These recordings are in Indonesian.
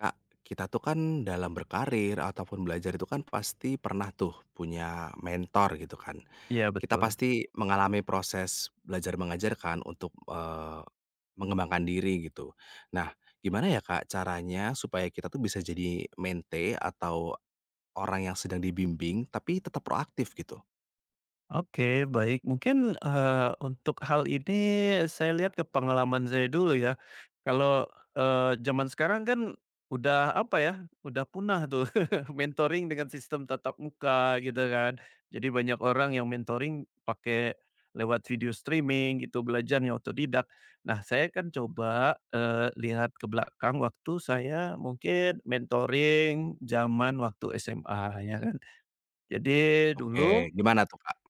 Kak, kita tuh kan dalam berkarir ataupun belajar itu kan pasti pernah tuh punya mentor gitu kan. Iya Kita betul. pasti mengalami proses belajar mengajar kan untuk, mengembangkan diri gitu. Nah, gimana ya Kak caranya supaya kita tuh bisa jadi mente atau orang yang sedang dibimbing tapi tetap proaktif gitu? Oke, baik. Mungkin, untuk hal ini saya lihat ke pengalaman saya dulu ya. Kalau, zaman sekarang kan udah apa ya, udah punah tuh mentoring dengan sistem tatap muka gitu kan. Jadi banyak orang yang mentoring pakai lewat video streaming gitu, belajarnya otodidak. Nah, saya kan coba, lihat ke belakang waktu saya mungkin mentoring zaman waktu SMA ya kan. Jadi Oke, dulu gimana tuh Kak?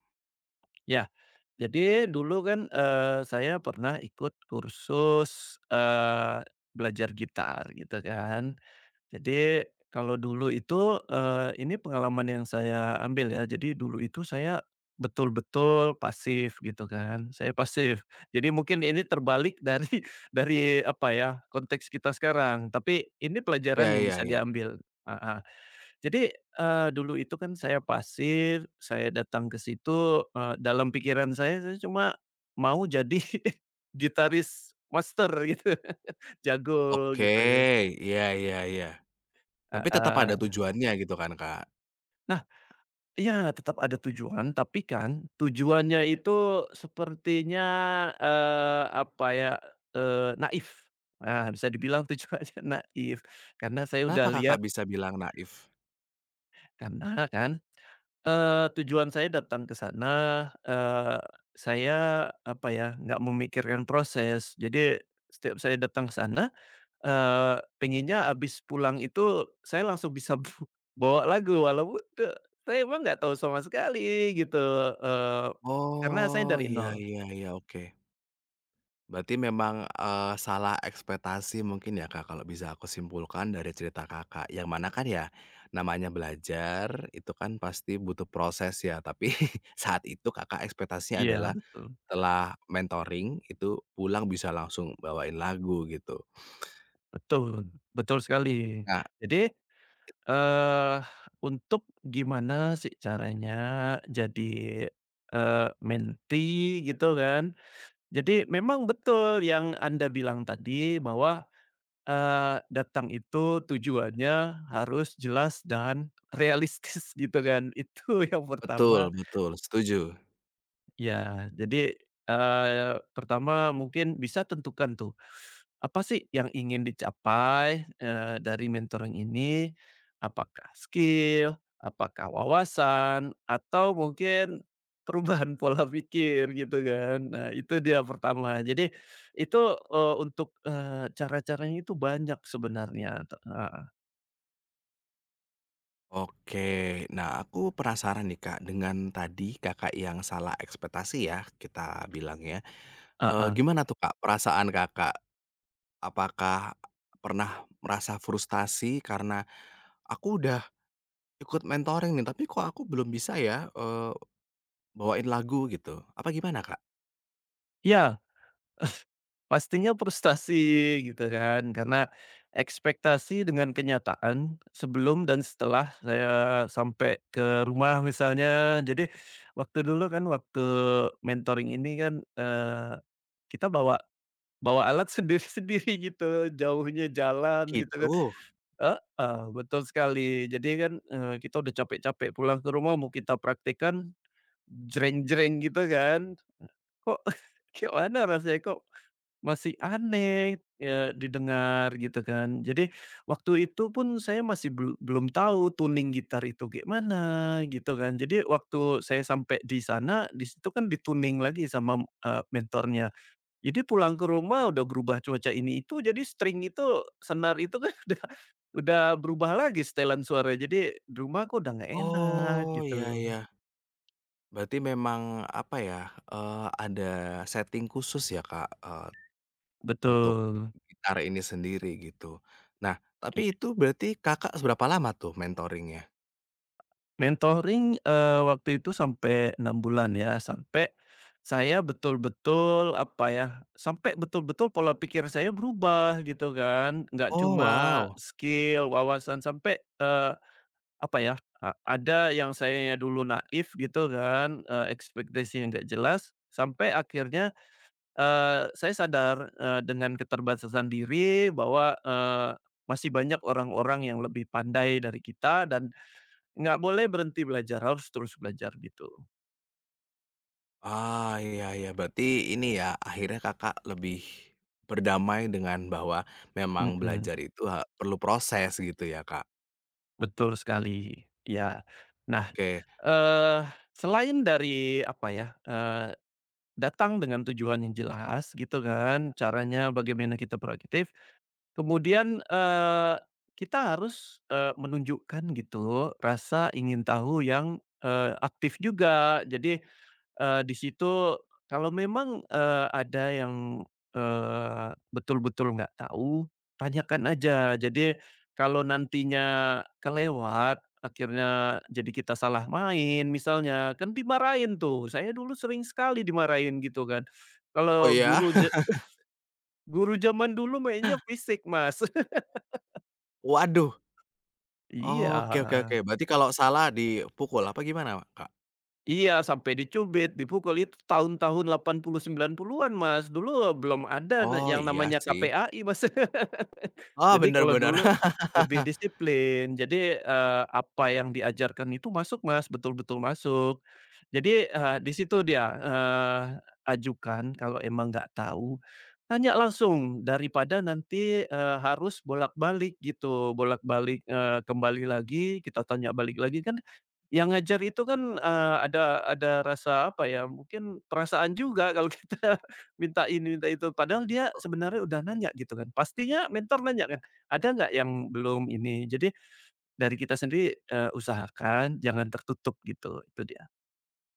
ya Jadi dulu kan, saya pernah ikut kursus, belajar gitar gitu kan. Jadi kalau dulu itu, ini pengalaman yang saya ambil ya, jadi dulu itu saya betul-betul pasif gitu kan, saya pasif. Jadi mungkin ini terbalik dari dari apa ya, konteks kita sekarang, tapi ini Iya pelajaran yang iya bisa iya. diambil. Heeh. Jadi, dulu itu kan saya pasif, saya datang ke situ, dalam pikiran saya cuma mau jadi gitaris master gitu, jago Oke, gitu ya, iya iya iya. Tapi tetap ada heeh. tujuannya gitu kan Kak? Nah, ya tetap ada tujuan, tapi kan tujuannya itu sepertinya, apa ya, naif. Nah bisa dibilang tujuannya naif, karena saya Kenapa udah Kakak lihat, bisa bilang naif? karena kan, tujuan saya datang ke sana, eee, saya apa ya, nggak memikirkan proses. Jadi setiap saya datang ke sana, pengennya habis pulang itu saya langsung bisa bawa lagu walaupun tuh saya emang nggak tahu sama sekali gitu, eee, karena saya Oh, dari iya nol. iya iya, oke. Berarti memang, salah ekspektasi mungkin ya, Kak, kalau bisa aku simpulkan dari cerita Kakak, yang mana kan ya namanya belajar itu kan pasti butuh proses ya, tapi saat itu Kakak ekspektasinya Iya adalah betul, setelah mentoring itu pulang bisa langsung bawain lagu gitu. betul, betul sekali. Nah Jadi, eee, untuk gimana sih caranya jadi, menti gitu kan. Jadi memang betul yang Anda bilang tadi bahwa, datang itu tujuannya harus jelas dan realistis gitu kan. Itu yang betul pertama. betul, setuju. Ya jadi, pertama mungkin bisa tentukan tuh apa sih yang ingin dicapai, dari mentoring ini? Apakah skill, apakah wawasan, atau mungkin perubahan pola pikir gitu kan. Nah itu dia pertama. Jadi itu, untuk, cara-caranya itu banyak sebenarnya, heeh, Oke, nah aku penasaran nih, Kak, dengan tadi Kakak yang salah ekspektasi ya, kita bilangnya. Heeh. Gimana tuh, Kak, perasaan Kakak? Apakah pernah merasa frustasi karena, "Aku udah ikut mentoring nih, tapi kok aku belum bisa ya, bawain lagu," gitu? Apa gimana, Kak? Iya. Pastinya frustasi gitu kan, karena ekspektasi dengan kenyataan sebelum dan setelah saya sampai ke rumah misalnya. Jadi waktu dulu kan, waktu mentoring ini kan, kita bawa bawa alat sendiri-sendiri gitu, jauhnya Oh, jalan gitu kan. gitu? Heeh, betul sekali. Jadi kan, kita udah capek-capek pulang ke rumah mau kita praktekkan, jreng jreng gitu kan, kok gimana rasanya kok masih aneh, ya didengar gitu kan. Jadi waktu itu pun saya masih belum tahu tuning gitar itu gimana gitu kan. Jadi waktu saya sampai di sana, di situ kan dituning lagi sama, mentornya. Jadi pulang ke rumah udah berubah cuaca ini itu, jadi string itu, senar itu kan udah berubah lagi setelan suara. Jadi di rumah kok udah nggak enak Oh, iya gitu. iya. Berarti memang, apa ya, ada setting khusus ya, Kak, eee, untuk Betul. gitar ini sendiri, gitu. Nah, tapi itu berarti Kakak seberapa lama tuh mentoring-nya? Mentoring, waktu itu sampai 6 bulan ya, sampai saya betul-betul, apa ya, sampai betul-betul pola pikir saya berubah gitu kan, nggak Oh, cuma wow. skill, wawasan, sampai, apa ya, ada yang saya dulu naif gitu kan, ekspektasi yang nggak jelas, sampai akhirnya, saya sadar, dengan keterbatasan diri bahwa, masih banyak orang-orang yang lebih pandai dari kita dan nggak boleh berhenti belajar, harus terus belajar gitu. Ah, iya iya, berarti ini ya, akhirnya Kakak lebih berdamai dengan bahwa memang Mhm, belajar itu ha perlu proses gitu ya, Kak? betul sekali, ya. Nah, Oke. eee, selain dari apa ya, datang dengan tujuan yang jelas gitu kan, caranya bagaimana kita proaktif, kemudian, kita harus, menunjukkan gitu rasa ingin tahu yang, aktif juga. Jadi, di situ kalau memang, ada yang, betul-betul nggak tahu, tanyakan aja. Jadi kalau nantinya kelewat, akhirnya jadi kita salah main misalnya, kan dimarahin tuh. Saya dulu sering sekali dimarahin gitu kan. Oh Kalau ya? guru zaman dulu mainnya fisik, Mas. Waduh! Oke oke oke, Iya berarti kalau salah dipukul apa gimana, Kak? iya, sampai dicubit, dipukul, itu tahun-tahun 89 90-an, Mas. Dulu belum ada Oh, yang iya namanya sih. KPAI, Mas. Oh, Jadi bener kalau bener. dulu lebih disiplin. Jadi, apa yang diajarkan itu masuk, Mas, betul-betul masuk. Jadi, di situ dia, ajukan kalau emang nggak tahu, tanya langsung daripada nanti, harus bolak-balik gitu, bolak-balik, kembali lagi, kita tanya balik lagi kan, yang ngajar itu kan, ada rasa apa ya, mungkin perasaan juga kalau kita minta ini, minta itu. Padahal dia sebenarnya udah nanya gitu kan. Pastinya mentor nanya kan, "Ada nggak yang belum ini?" Jadi dari kita sendiri, usahakan jangan tertutup gitu, itu dia.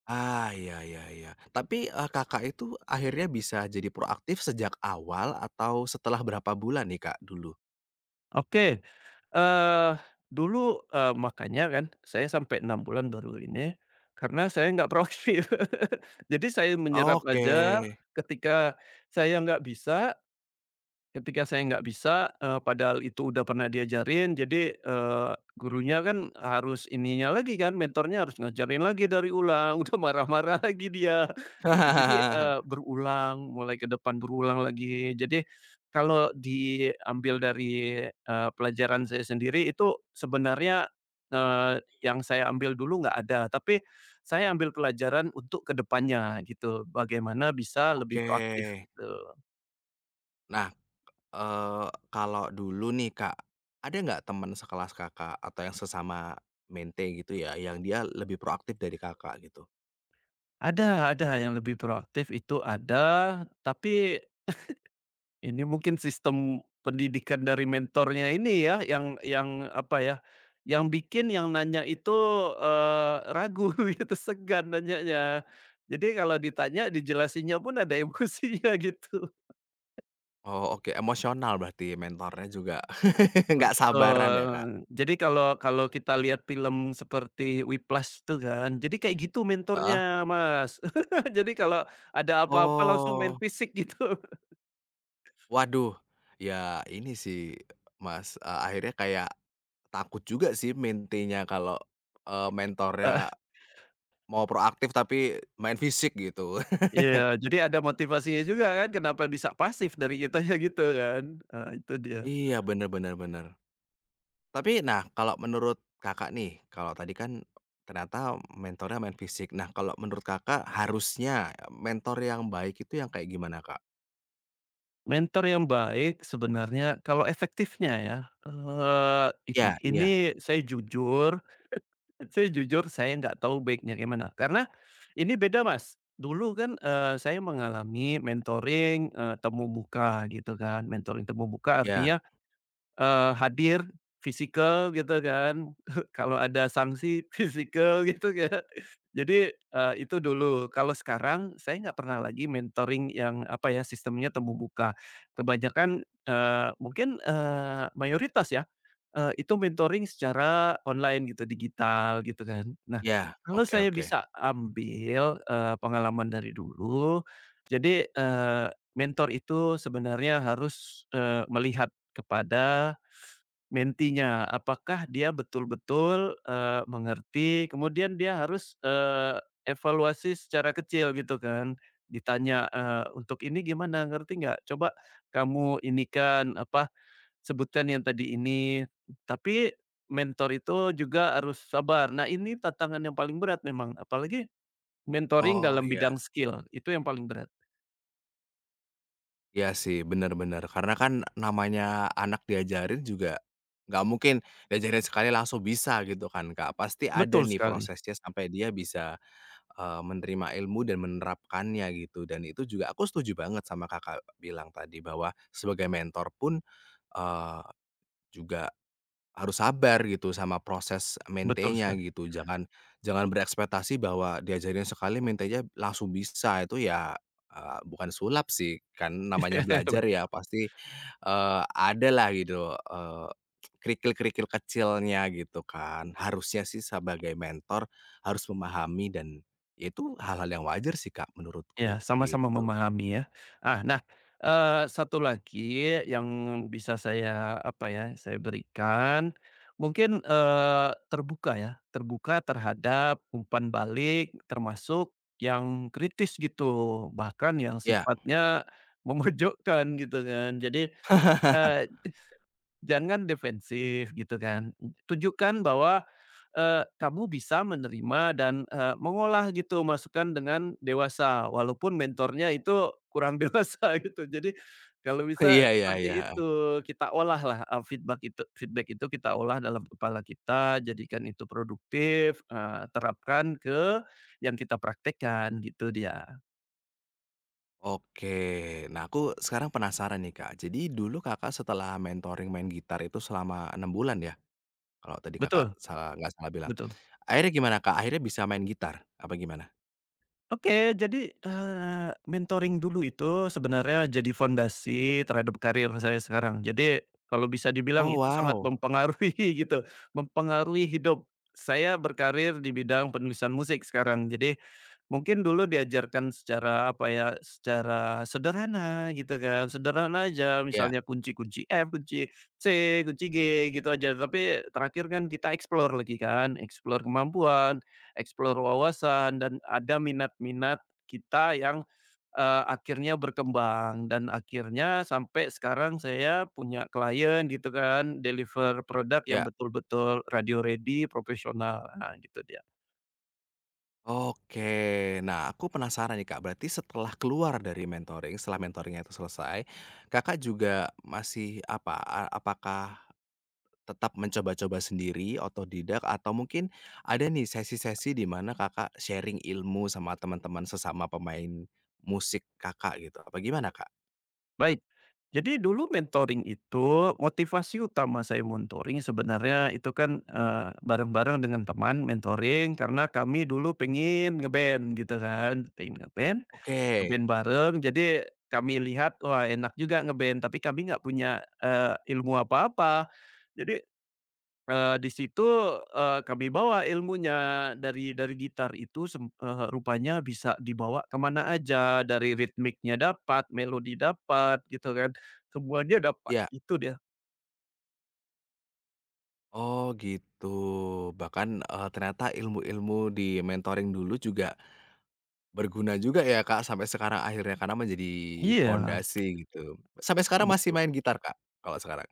Ah, iya iya iya. Tapi, Kakak itu akhirnya bisa jadi proaktif sejak awal atau setelah berapa bulan nih, Kak, dulu? Oke, eee, dulu, makanya kan saya sampai 6 bulan baru ini, karena saya nggak proaktif. Jadi saya menyerap Oke. aja, ketika saya nggak bisa ketika saya nggak bisa, padahal itu udah pernah diajarin jadi, gurunya kan harus ininya lagi kan, mentornya harus ngajarin lagi dari ulang, udah marah-marah lagi dia, gitu. Jadi, berulang, mulai ke depan berulang lagi. Jadi, kalau diambil dari, pelajaran saya sendiri itu sebenarnya, yang saya ambil dulu nggak ada, tapi saya ambil pelajaran untuk kedepannya gitu, bagaimana bisa lebih Oke. proaktif, gitu. Nah, kalau dulu nih Kak, ada nggak teman sekelas Kakak atau yang sesama mente gitu ya, yang dia lebih proaktif dari Kakak gitu? Ada yang lebih proaktif itu ada, tapi ini mungkin sistem pendidikan dari mentornya ini ya, yang apa ya, yang bikin yang nanya itu, ragu gitu, segan nanyanya. Jadi kalau ditanya dijelasinnya pun ada emosinya gitu. Oh oke, emosional berarti mentornya juga nggak sabaran ya Kak? Betul. Jadi kalau kalau kita lihat film seperti Whiplash itu kan, jadi kayak gitu Heeh. mentornya Mas. Jadi kalau ada apa-apa langsung main Oh, fisik gitu. waduh, ya ini sih Mas, akhirnya kayak takut juga sih mentenya kalau, mentornya mau proaktif tapi main fisik gitu. Iya, jadi ada motivasinya juga kan, kenapa bisa pasif dari kitanya gitu kan. Itu dia. Iya, bener bener bener. Tapi, nah, kalau menurut Kakak nih, kalau tadi kan ternyata mentornya main fisik. Nah, kalau menurut Kakak harusnya mentor yang baik itu yang kayak gimana, Kak? Mentor yang baik sebenarnya kalau efektifnya ya, eee, in Ya, ini iya saya jujur saya jujur saya nggak tahu baiknya gimana. Karena ini beda Mas, dulu kan, saya mengalami mentoring, temu buka gitu kan. Mentoring temu buka iya artinya, hadir fisikal gitu kan, kalau ada sanksi fisikal gitu ya. Jadi, itu dulu. Kalau sekarang saya nggak pernah lagi mentoring yang apa ya, sistemnya temu muka. Kebanyakan, mungkin, mayoritas ya, itu mentoring secara online gitu, digital gitu kan. Nah, iya, kalau oke saya oke. bisa ambil, pengalaman dari dulu, jadi, mentor itu sebenarnya harus, melihat kepada mentinya, apakah dia betul-betul, mengerti, kemudian dia harus, evaluasi secara kecil gitu kan. Ditanya, "Untuk ini gimana, ngerti nggak? Coba kamu ini kan apa, sebutkan yang tadi ini." Tapi mentor itu juga harus sabar. Nah, ini tantangan yang paling berat memang, apalagi mentoring Oh, dalam iya. bidang skill, itu yang paling berat. Iya sih, benar-benar karena kan namanya anak diajarin juga nggak mungkin diajarin sekali langsung bisa gitu kan, Kak. Pasti ada Betul nih sekali, prosesnya sampai dia bisa, menerima ilmu dan menerapkannya gitu, dan itu juga aku setuju banget sama Kakak bilang tadi bahwa sebagai mentor pun, eee, juga harus sabar gitu sama proses betul maintain-nya sekali. gitu, jangan jangan berekspektasi bahwa diajarin sekali maintain-nya langsung bisa, itu ya, bukan sulap sih, kan namanya belajar ya pasti, eh, ada lah gitu, kerikil-kerikil kecilnya gitu kan. Harusnya sih sebagai mentor harus memahami dan ya itu hal-hal yang wajar sih Kak Ya, menurutku, sama-sama gitu. memahami ya. Ah, nah, satu lagi yang bisa saya, apa ya, saya berikan, mungkin, terbuka ya, terbuka terhadap umpan balik termasuk yang kritis gitu, bahkan yang Ya. sifatnya memojokkan gitu kan. Jadi, eh, jangan defensif gitu kan, tunjukkan bahwa, kamu bisa menerima dan, mengolah gitu masukan dengan dewasa walaupun mentornya itu kurang dewasa gitu. Jadi kalau bisa Iya iya seperti iya. itu, kita olahlah, feedback itu kita olah dalam kepala kita, jadikan itu produktif, terapkan ke yang kita praktekkan gitu dia. Oke. Nah, aku sekarang penasaran nih, Kak. Jadi dulu Kakak setelah mentoring main gitar itu selama 6 bulan ya? Kalau tadi Kakak Betul salah nggak salah bilang. betul. Akhirnya gimana, Kak? Akhirnya bisa main gitar? Apa gimana? Oke, jadi, mentoring dulu itu sebenarnya jadi fondasi terhadap karir saya sekarang. Jadi kalau bisa dibilang Oh, itu sangat wow. mempengaruhi gitu, mempengaruhi hidup. Saya berkarir di bidang penulisan musik sekarang. Jadi mungkin dulu diajarkan secara apa ya, secara sederhana gitu kan, sederhana aja Ya, misalnya kunci-kunci F, kunci C, kunci G gitu aja. Tapi terakhir kan kita explore lagi kan, explore kemampuan, explore wawasan dan ada minat-minat kita yang, akhirnya berkembang dan akhirnya sampai sekarang saya punya klien gitu kan, deliver produk yang ya. betul-betul radio ready, profesional, nah gitu dia. Oke. Nah, aku penasaran nih, Kak. Berarti setelah keluar dari mentoring, setelah mentoringnya itu selesai, Kakak juga masih apa, a apakah tetap mencoba-coba sendiri, otodidak, atau mungkin ada nih sesi-sesi di mana Kakak sharing ilmu sama teman-teman sesama pemain musik Kakak gitu, apa gimana, Kak? Baik, jadi dulu mentoring itu motivasi utama saya mentoring sebenarnya itu kan, bareng-bareng dengan teman mentoring karena kami dulu pengen ngeband gitu kan, pengen nge Oke, Nge-band bareng, jadi kami lihat, wah enak juga nge-band, tapi kami nggak punya, ilmu apa-apa. Jadi, di situ, kami bawa ilmunya dari gitar itu rupanya bisa dibawa kemana aja, dari ritmiknya dapat, melodi dapat, gitu kan, semuanya dapat, ya. itu dia. Oh gitu, bahkan, ternyata ilmu-ilmu di mentoring dulu juga berguna juga ya, Kak, sampai sekarang akhirnya karena menjadi Iya, pondasi gitu. Sampai sekarang masih betul. main gitar, Kak, kalau sekarang?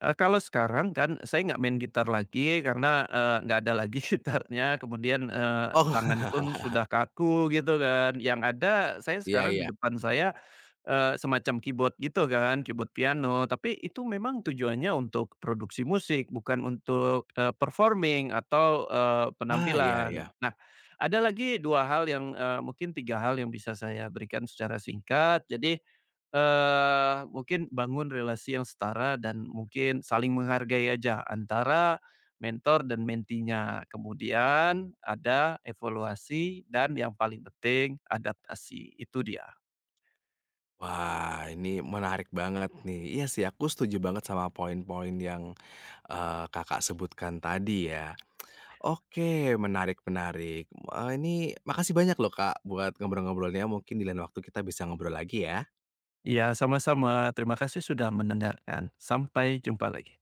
Kalau sekarang kan saya nggak main gitar lagi karena, nggak ada lagi gitarnya kemudian, tangan Oh, pun sudah kaku gitu kan, yang ada saya iya sekarang di iya. depan saya, semacam keyboard gitu kan, keyboard piano, tapi itu memang tujuannya untuk produksi musik, bukan untuk, performing atau, Ah, iya penampilan. iya. Nah, ada lagi 2 hal yang, mungkin 3 hal yang bisa saya berikan secara singkat. Jadi, mungkin bangun relasi yang setara dan mungkin saling menghargai aja antara mentor dan mentinya. Kemudian ada evaluasi dan yang paling penting adaptasi, itu dia. Wah, ini menarik banget nih. Iya sih, aku setuju banget sama poin-poin yang, Kakak sebutkan tadi ya. Oke, menarik menarik. Ini makasih banyak loh Kak buat ngobrol-ngobrolnya, mungkin di lain waktu kita bisa ngobrol lagi ya. Iya, sama-sama. Terima kasih sudah mendengarkan. Sampai jumpa lagi.